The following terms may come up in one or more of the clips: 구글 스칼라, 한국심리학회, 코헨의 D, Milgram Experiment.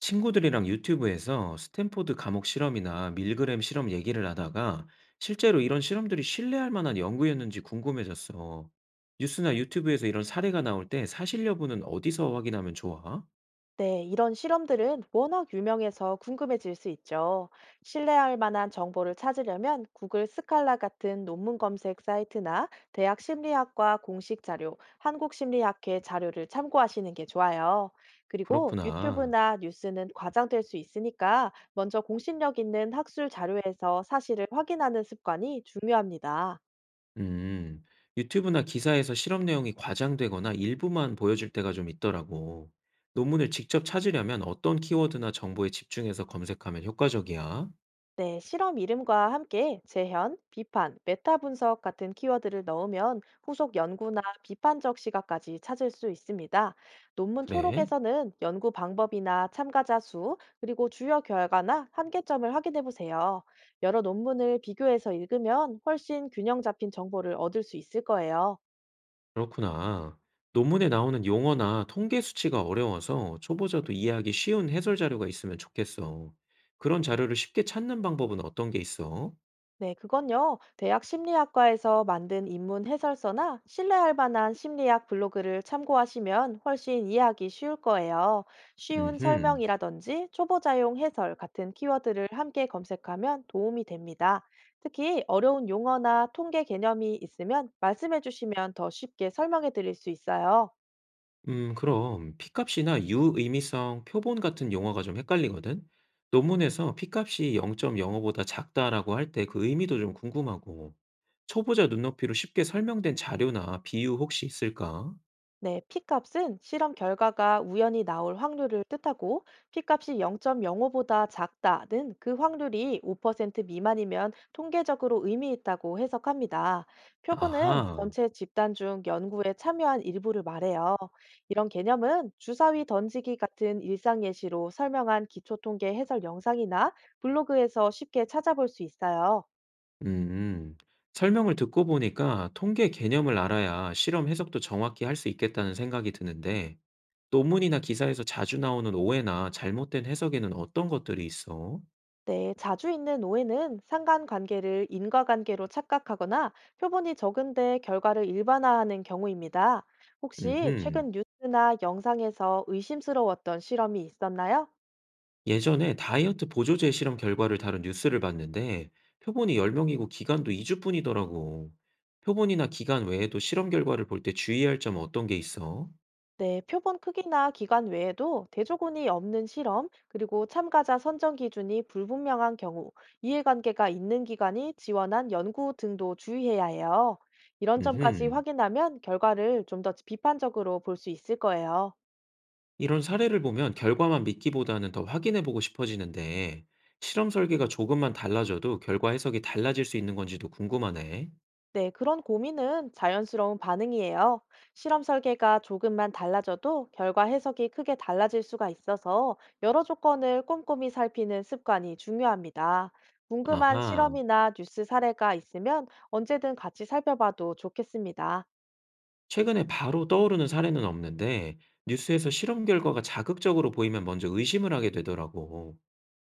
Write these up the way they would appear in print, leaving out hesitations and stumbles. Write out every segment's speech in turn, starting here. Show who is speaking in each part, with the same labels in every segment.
Speaker 1: 친구들이랑 유튜브에서 스탠포드 감옥 실험이나 밀그램 실험 얘기를 하다가 실제로 이런 실험들이 신뢰할 만한 연구였는지 궁금해졌어. 뉴스나 유튜브에서 이런 사례가 나올 때 사실 여부는 어디서 확인하면 좋아?
Speaker 2: 네, 이런 실험들은 워낙 유명해서 궁금해질 수 있죠. 신뢰할 만한 정보를 찾으려면 구글 스칼라 같은 논문 검색 사이트나 대학 심리학과 공식 자료, 한국심리학회 자료를 참고하시는 게 좋아요. 그리고
Speaker 1: 그렇구나.
Speaker 2: 유튜브나 뉴스는 과장될 수 있으니까 먼저 공신력 있는 학술 자료에서 사실을 확인하는 습관이 중요합니다.
Speaker 1: 음, 유튜브나 기사에서 실험 내용이 과장되거나 일부만 보여줄 때가 좀 있더라고. 논문을 직접 찾으려면 어떤 키워드나 정보에 집중해서 검색하면 효과적이야?
Speaker 2: 네, 실험 이름과 함께 재현, 비판, 메타 분석 같은 키워드를 넣으면 후속 연구나 비판적 시각까지 찾을 수 있습니다. 논문
Speaker 1: 그래?
Speaker 2: 초록에서는 연구 방법이나 참가자 수, 그리고 주요 결과나 한계점을 확인해 보세요. 여러 논문을 비교해서 읽으면 훨씬 균형 잡힌 정보를 얻을 수 있을 거예요.
Speaker 1: 그렇구나. 논문에 나오는 용어나 통계 수치가 어려워서 초보자도 이해하기 쉬운 해설 자료가 있으면 좋겠어. 그런 자료를 쉽게 찾는 방법은 어떤 게 있어?
Speaker 2: 네, 그건요. 대학 심리학과에서 만든 입문 해설서나 신뢰할 만한 심리학 블로그를 참고하시면 훨씬 이해하기 쉬울 거예요. 쉬운
Speaker 1: 음흠.
Speaker 2: 설명이라든지 초보자용 해설 같은 키워드를 함께 검색하면 도움이 됩니다. 특히 어려운 용어나 통계 개념이 있으면 말씀해 주시면 더 쉽게 설명해 드릴 수 있어요.
Speaker 1: 그럼 p값이나 유의미성, 표본 같은 용어가 좀 헷갈리거든? 논문에서 p값이 0.05보다 작다라고 할 때 그 의미도 좀 궁금하고. 초보자 눈높이로 쉽게 설명된 자료나 비유 혹시 있을까?
Speaker 2: 네, P값은 실험 결과가 우연히 나올 확률을 뜻하고 P값이 0.05보다 작다는 그 확률이 5% 미만이면 통계적으로 의미 있다고 해석합니다. 표본은
Speaker 1: 아하.
Speaker 2: 전체 집단 중 연구에 참여한 일부를 말해요. 이런 개념은 주사위 던지기 같은 일상 예시로 설명한 기초 통계 해설 영상이나 블로그에서 쉽게 찾아볼 수 있어요.
Speaker 1: 음, 설명을 듣고 보니까 통계 개념을 알아야 실험 해석도 정확히 할 수 있겠다는 생각이 드는데, 논문이나 기사에서 자주 나오는 오해나 잘못된 해석에는 어떤 것들이 있어?
Speaker 2: 네, 자주 있는 오해는 상관관계를 인과관계로 착각하거나 표본이 적은데 결과를 일반화하는 경우입니다. 혹시
Speaker 1: 음흠.
Speaker 2: 최근 뉴스나 영상에서 의심스러웠던 실험이 있었나요?
Speaker 1: 예전에 다이어트 보조제 실험 결과를 다룬 뉴스를 봤는데, 표본이 10명이고 기간도 2주뿐이더라고. 표본이나 기간 외에도 실험 결과를 볼 때 주의할 점은 어떤 게 있어?
Speaker 2: 네, 표본 크기나 기간 외에도 대조군이 없는 실험, 그리고 참가자 선정 기준이 불분명한 경우, 이해관계가 있는 기관이 지원한 연구 등도 주의해야 해요. 이런 점까지
Speaker 1: 음흠.
Speaker 2: 확인하면 결과를 좀 더 비판적으로 볼 수 있을 거예요.
Speaker 1: 이런 사례를 보면 결과만 믿기보다는 더 확인해 보고 싶어지는데, 실험 설계가 조금만 달라져도 결과 해석이 달라질 수 있는 건지도 궁금하네.
Speaker 2: 네, 그런 고민은 자연스러운 반응이에요. 실험 설계가 조금만 달라져도 결과 해석이 크게 달라질 수가 있어서 여러 조건을 꼼꼼히 살피는 습관이 중요합니다. 궁금한
Speaker 1: 아하,
Speaker 2: 실험이나 뉴스 사례가 있으면 언제든 같이 살펴봐도 좋겠습니다.
Speaker 1: 최근에 바로 떠오르는 사례는 없는데, 뉴스에서 실험 결과가 자극적으로 보이면 먼저 의심을 하게 되더라고.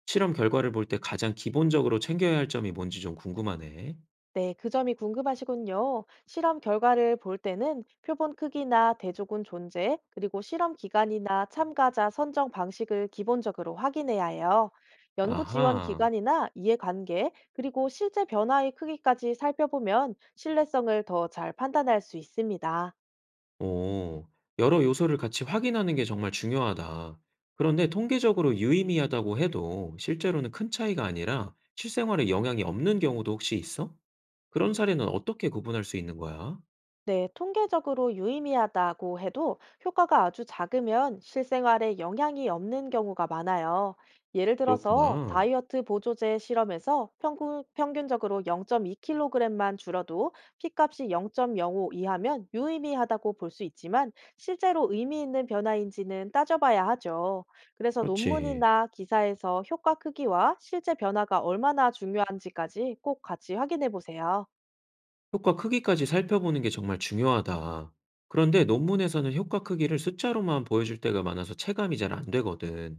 Speaker 1: 실험 결과를 볼 때 가장 기본적으로 챙겨야 할 점이 뭔지 좀 궁금하네.
Speaker 2: 네, 그 점이 궁금하시군요. 실험 결과를 볼 때는 표본 크기나 대조군 존재, 그리고 실험 기간이나 참가자 선정 방식을 기본적으로 확인해야 해요. 연구 지원
Speaker 1: 아하.
Speaker 2: 기간이나 이해관계, 그리고 실제 변화의 크기까지 살펴보면 신뢰성을 더 잘 판단할 수 있습니다.
Speaker 1: 오, 여러 요소를 같이 확인하는 게 정말 중요하다. 그런데 통계적으로 유의미하다고 해도 실제로는 큰 차이가 아니라 실생활에 영향이 없는 경우도 혹시 있어? 그런 사례는 어떻게 구분할 수 있는 거야?
Speaker 2: 네, 통계적으로 유의미하다고 해도 효과가 아주 작으면 실생활에 영향이 없는 경우가 많아요. 예를 들어서
Speaker 1: 그렇구나.
Speaker 2: 다이어트 보조제 실험에서 평균적으로 0.2kg만 줄어도 피값이 0.05 이하면 유의미하다고 볼 수 있지만 실제로 의미 있는 변화인지는 따져봐야 하죠. 그래서
Speaker 1: 그렇지.
Speaker 2: 논문이나 기사에서 효과 크기와 실제 변화가 얼마나 중요한지까지 꼭 같이 확인해 보세요.
Speaker 1: 효과 크기까지 살펴보는 게 정말 중요하다. 그런데 논문에서는 효과 크기를 숫자로만 보여줄 때가 많아서 체감이 잘 안 되거든.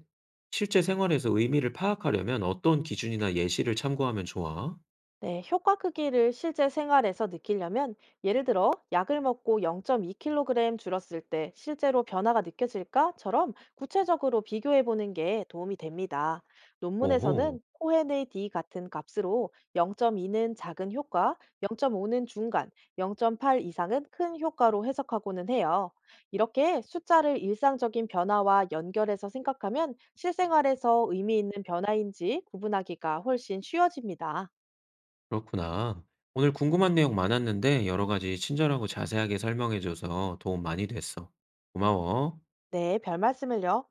Speaker 1: 실제 생활에서 의미를 파악하려면 어떤 기준이나 예시를 참고하면 좋아?
Speaker 2: 네, 효과 크기를 실제 생활에서 느끼려면 예를 들어 약을 먹고 0.2kg 줄었을 때 실제로 변화가 느껴질까?처럼 구체적으로 비교해 보는 게 도움이 됩니다.
Speaker 1: 오호.
Speaker 2: 논문에서는 코헨의 D 같은 값으로 0.2는 작은 효과, 0.5는 중간, 0.8 이상은 큰 효과로 해석하고는 해요. 이렇게 숫자를 일상적인 변화와 연결해서 생각하면 실생활에서 의미 있는 변화인지 구분하기가 훨씬 쉬워집니다.
Speaker 1: 그렇구나. 오늘 궁금한 내용 많았는데 여러 가지 친절하고 자세하게 설명해줘서 도움 많이 됐어. 고마워.
Speaker 2: 네, 별 말씀을요.